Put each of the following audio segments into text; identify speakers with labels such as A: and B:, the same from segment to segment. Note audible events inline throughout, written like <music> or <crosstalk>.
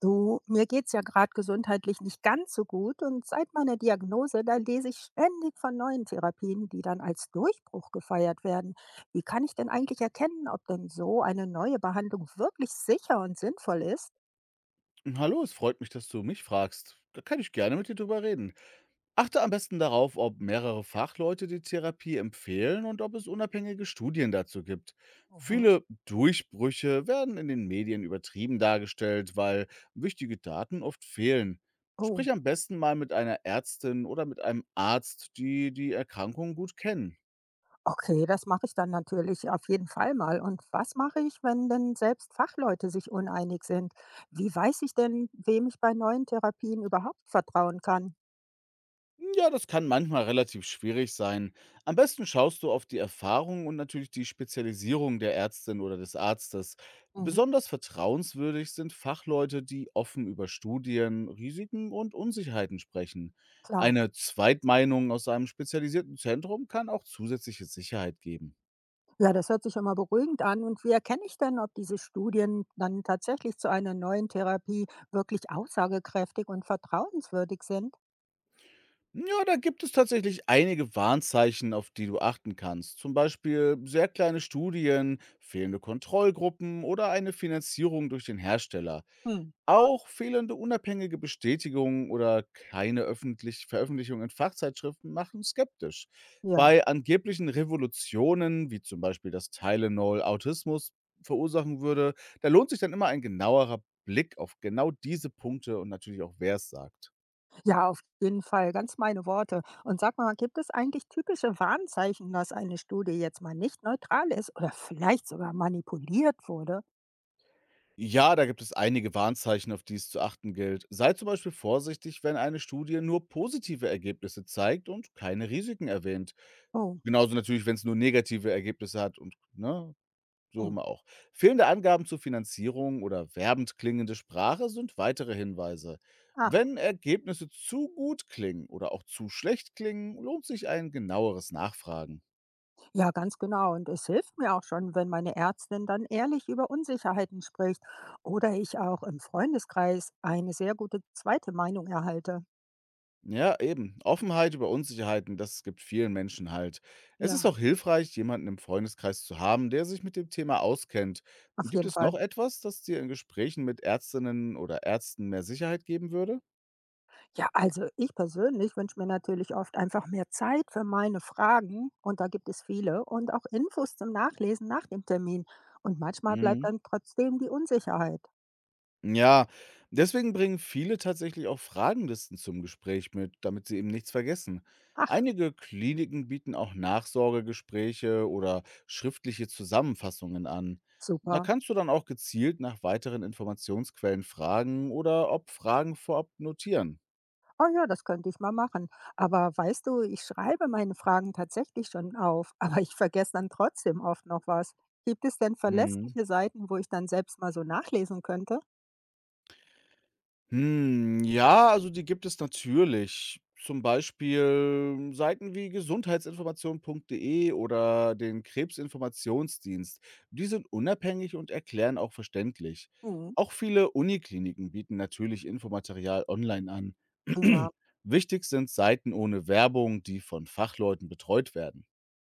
A: Du, mir geht's ja gerade gesundheitlich nicht ganz so gut und seit meiner Diagnose, da lese ich ständig von neuen Therapien, die dann als Durchbruch gefeiert werden. Wie kann ich denn eigentlich erkennen, ob denn so eine neue Behandlung wirklich sicher und sinnvoll ist?
B: Hallo, es freut mich, dass du mich fragst. Da kann ich gerne mit dir drüber reden. Achte am besten darauf, ob mehrere Fachleute die Therapie empfehlen und ob es unabhängige Studien dazu gibt.
A: Mhm.
B: Viele Durchbrüche werden in den Medien übertrieben dargestellt, weil wichtige Daten oft fehlen.
A: Oh,
B: Sprich am besten mal mit einer Ärztin oder mit einem Arzt, die die Erkrankung gut kennen.
A: okay, das mache ich dann natürlich auf jeden Fall mal. Und was mache ich, wenn denn selbst Fachleute sich uneinig sind? Wie weiß ich denn, wem ich bei neuen Therapien überhaupt vertrauen kann?
B: Ja, das kann manchmal relativ schwierig sein. Am besten schaust du auf die Erfahrung und natürlich die Spezialisierung der Ärztin oder des Arztes.
A: Mhm.
B: Besonders vertrauenswürdig sind Fachleute, die offen über Studien, Risiken und Unsicherheiten sprechen.
A: Klar.
B: Eine Zweitmeinung aus einem spezialisierten Zentrum kann auch zusätzliche Sicherheit geben.
A: Ja, das hört sich schon mal beruhigend an. Und wie erkenne ich denn, ob diese Studien dann tatsächlich zu einer neuen Therapie wirklich aussagekräftig und vertrauenswürdig sind?
B: Ja, da gibt es tatsächlich einige Warnzeichen, auf die du achten kannst. Zum Beispiel sehr kleine Studien, fehlende Kontrollgruppen oder eine Finanzierung durch den Hersteller.
A: Hm.
B: Auch fehlende unabhängige Bestätigung oder keine öffentlich Veröffentlichung in Fachzeitschriften machen skeptisch.
A: Ja,
B: Bei angeblichen Revolutionen, wie zum Beispiel das Tylenol Autismus verursachen würde, da lohnt sich dann immer ein genauerer Blick auf genau diese Punkte und natürlich auch, wer es sagt.
A: ja, auf jeden Fall, ganz meine Worte. Und sag mal, gibt es eigentlich typische Warnzeichen, dass eine Studie jetzt mal nicht neutral ist oder vielleicht sogar manipuliert wurde?
B: Ja, da gibt es einige Warnzeichen, auf die es zu achten gilt. Sei zum Beispiel vorsichtig, wenn eine Studie nur positive Ergebnisse zeigt und keine Risiken erwähnt.
A: Oh.
B: Genauso natürlich, wenn es nur negative Ergebnisse hat und ne, so
A: Hm.
B: rum auch. Fehlende Angaben zur Finanzierung oder werbend klingende Sprache sind weitere Hinweise.
A: Ah.
B: Wenn Ergebnisse zu gut klingen oder auch zu schlecht klingen, lohnt sich ein genaueres Nachfragen.
A: Ja, ganz genau. Und es hilft mir auch schon, wenn meine Ärztin dann ehrlich über Unsicherheiten spricht oder ich auch im Freundeskreis eine sehr gute zweite Meinung erhalte.
B: Ja, eben. Offenheit über Unsicherheiten, das gibt vielen Menschen halt. Es ist
A: Ja,
B: auch hilfreich, jemanden im Freundeskreis zu haben, der sich mit dem Thema auskennt.
A: auf
B: Gibt
A: jeden
B: es noch
A: Fall.
B: etwas, das dir in Gesprächen mit Ärztinnen oder Ärzten mehr Sicherheit geben würde?
A: Ja, also ich persönlich wünsche mir natürlich oft einfach mehr Zeit für meine Fragen und da gibt es viele und auch Infos zum Nachlesen nach dem Termin. Und manchmal bleibt
B: Mhm.
A: dann trotzdem die Unsicherheit.
B: Ja, deswegen bringen viele tatsächlich auch Fragenlisten zum Gespräch mit, damit sie eben nichts vergessen.
A: Ach,
B: Einige Kliniken bieten auch Nachsorgegespräche oder schriftliche Zusammenfassungen an. Da
A: super.
B: kannst du dann auch gezielt nach weiteren Informationsquellen fragen oder ob Fragen vorab notieren.
A: Oh ja, das könnte ich mal machen. Aber weißt du, ich schreibe meine Fragen tatsächlich schon auf, <laughs> aber ich vergesse dann trotzdem oft noch was. Gibt es denn
B: Mhm.
A: verlässliche Seiten, wo ich dann selbst mal so nachlesen könnte?
B: Ja, also die gibt es natürlich. Zum Beispiel Seiten wie gesundheitsinformation.de oder den Krebsinformationsdienst. Die sind unabhängig und erklären auch verständlich.
A: Mhm.
B: Auch viele Unikliniken bieten natürlich Infomaterial online an.
A: Prima.
B: <clears throat> Wichtig sind Seiten ohne Werbung, die von Fachleuten betreut werden.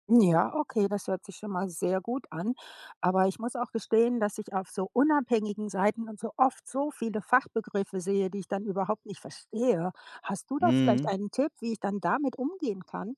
A: Ja, okay, das hört sich schon mal sehr gut an. Aber ich muss auch gestehen, dass ich auf so unabhängigen Seiten und so oft so viele Fachbegriffe sehe, die ich dann überhaupt nicht verstehe. Hast du da vielleicht
B: Mhm.
A: einen Tipp, wie ich dann damit umgehen kann?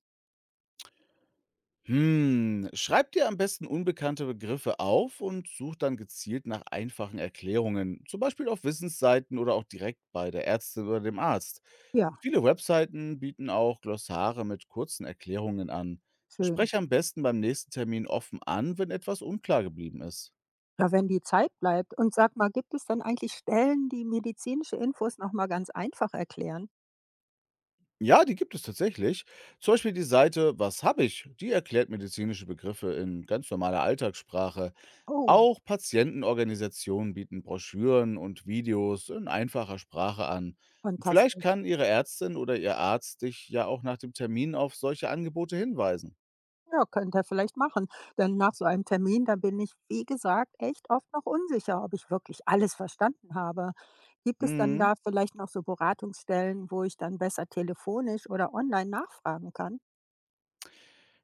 B: Schreib dir am besten unbekannte Begriffe auf und such dann gezielt nach einfachen Erklärungen, zum Beispiel auf Wissensseiten oder auch direkt bei der Ärztin oder dem Arzt.
A: Ja,
B: Viele Webseiten bieten auch Glossare mit kurzen Erklärungen an.
A: schön.
B: Sprech am besten beim nächsten Termin offen an, wenn etwas unklar geblieben ist.
A: Ja, wenn die Zeit bleibt. Und sag mal, gibt es dann eigentlich Stellen, die medizinische Infos noch mal ganz einfach erklären?
B: Ja, die gibt es tatsächlich. Zum Beispiel die Seite „Was habe ich?“ Die erklärt medizinische Begriffe in ganz normaler Alltagssprache.
A: Oh,
B: Auch Patientenorganisationen bieten Broschüren und Videos in einfacher Sprache an. Vielleicht
A: fantastisch.
B: kann Ihre Ärztin oder Ihr Arzt dich ja auch nach dem Termin auf solche Angebote hinweisen.
A: Ja, könnte ihr vielleicht machen. Denn nach so einem Termin, da bin ich, wie gesagt, echt oft noch unsicher, ob ich wirklich alles verstanden habe. Gibt es dann
B: Mhm.
A: da vielleicht noch so Beratungsstellen, wo ich dann besser telefonisch oder online nachfragen kann?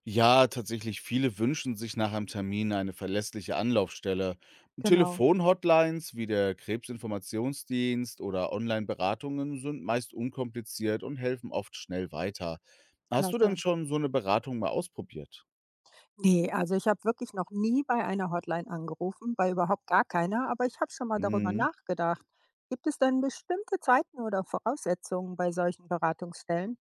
B: Ja, tatsächlich, viele wünschen sich nach einem Termin eine verlässliche Anlaufstelle.
A: Genau,
B: Telefonhotlines wie der Krebsinformationsdienst oder Online-Beratungen sind meist unkompliziert und helfen oft schnell weiter. Hast du denn
A: klasse.
B: schon so eine Beratung mal ausprobiert?
A: Nee, also ich habe wirklich noch nie bei einer Hotline angerufen, bei überhaupt gar keiner, aber ich habe schon mal darüber
B: Mhm.
A: nachgedacht. Gibt es denn bestimmte Zeiten oder Voraussetzungen bei solchen Beratungsstellen?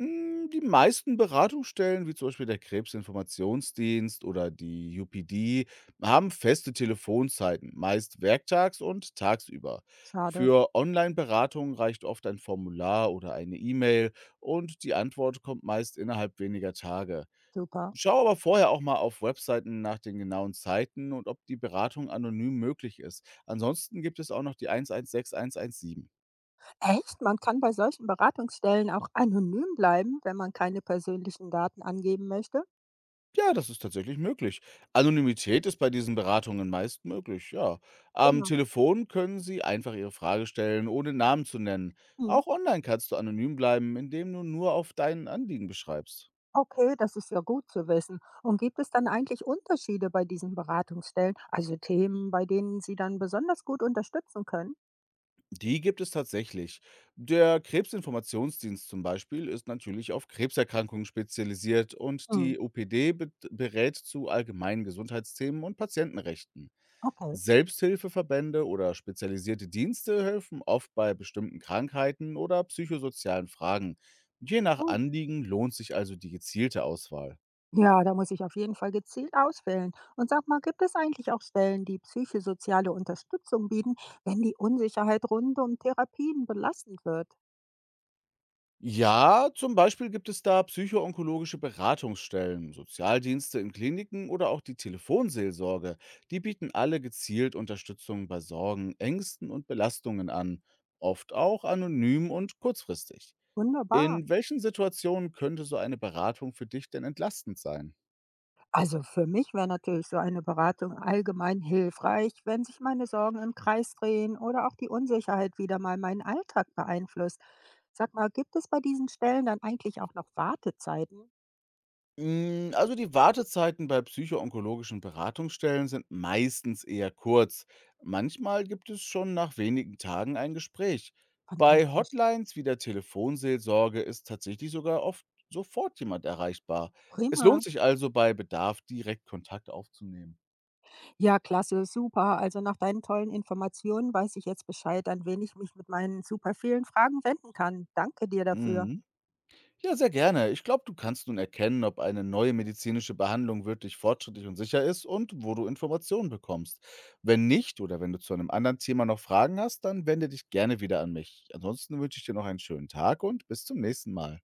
B: Die meisten Beratungsstellen, wie zum Beispiel der Krebsinformationsdienst oder die UPD, haben feste Telefonzeiten, meist werktags und tagsüber.
A: Schade,
B: Für Online-Beratung reicht oft ein Formular oder eine E-Mail und die Antwort kommt meist innerhalb weniger Tage.
A: super.
B: Schau aber vorher auch mal auf Webseiten nach den genauen Zeiten und ob die Beratung anonym möglich ist. Ansonsten gibt es auch noch die 116117.
A: Echt? Man kann bei solchen Beratungsstellen auch anonym bleiben, wenn man keine persönlichen Daten angeben möchte?
B: Ja, das ist tatsächlich möglich. Anonymität ist bei diesen Beratungen meist möglich, ja. Am
A: Prima.
B: Telefon können Sie einfach Ihre Frage stellen, ohne Namen zu nennen.
A: Mhm.
B: Auch online kannst du anonym bleiben, indem du nur auf deinen Anliegen beschreibst.
A: Okay, das ist ja gut zu wissen. Und gibt es dann eigentlich Unterschiede bei diesen Beratungsstellen, also Themen, bei denen Sie dann besonders gut unterstützen können?
B: Die gibt es tatsächlich. Der Krebsinformationsdienst zum Beispiel ist natürlich auf Krebserkrankungen spezialisiert und
A: Mhm.
B: die OPD berät zu allgemeinen Gesundheitsthemen und Patientenrechten.
A: Okay,
B: Selbsthilfeverbände oder spezialisierte Dienste helfen oft bei bestimmten Krankheiten oder psychosozialen Fragen. Je nach
A: gut.
B: Anliegen lohnt sich also die gezielte Auswahl.
A: Ja, da muss ich auf jeden Fall gezielt auswählen. Und sag mal, gibt es eigentlich auch Stellen, die psychosoziale Unterstützung bieten, wenn die Unsicherheit rund um Therapien belastend wird?
B: Ja, zum Beispiel gibt es da psychoonkologische Beratungsstellen, Sozialdienste in Kliniken oder auch die Telefonseelsorge. Die bieten alle gezielt Unterstützung bei Sorgen, Ängsten und Belastungen an, oft auch anonym und kurzfristig.
A: Wunderbar.
B: In welchen Situationen könnte so eine Beratung für dich denn entlastend sein?
A: Also für mich wäre natürlich so eine Beratung allgemein hilfreich, wenn sich meine Sorgen im Kreis drehen oder auch die Unsicherheit wieder mal meinen Alltag beeinflusst. Sag mal, gibt es bei diesen Stellen dann eigentlich auch noch Wartezeiten?
B: Also die Wartezeiten bei psychoonkologischen Beratungsstellen sind meistens eher kurz. Manchmal gibt es schon nach wenigen Tagen ein Gespräch. Bei
A: Fantastisch.
B: Hotlines wie der Telefonseelsorge ist tatsächlich sogar oft sofort jemand erreichbar. Es
A: Prima.
B: lohnt sich also bei Bedarf direkt Kontakt aufzunehmen.
A: Ja, klasse, super. Also nach deinen tollen Informationen weiß ich jetzt Bescheid, an wen ich mich mit meinen super vielen Fragen wenden kann. Danke dir dafür.
B: Mhm. Ja, sehr gerne. Ich glaube, du kannst nun erkennen, ob eine neue medizinische Behandlung wirklich fortschrittlich und sicher ist und wo du Informationen bekommst. Wenn nicht oder wenn du zu einem anderen Thema noch Fragen hast, dann wende dich gerne wieder an mich. Ansonsten wünsche ich dir noch einen schönen Tag und bis zum nächsten Mal.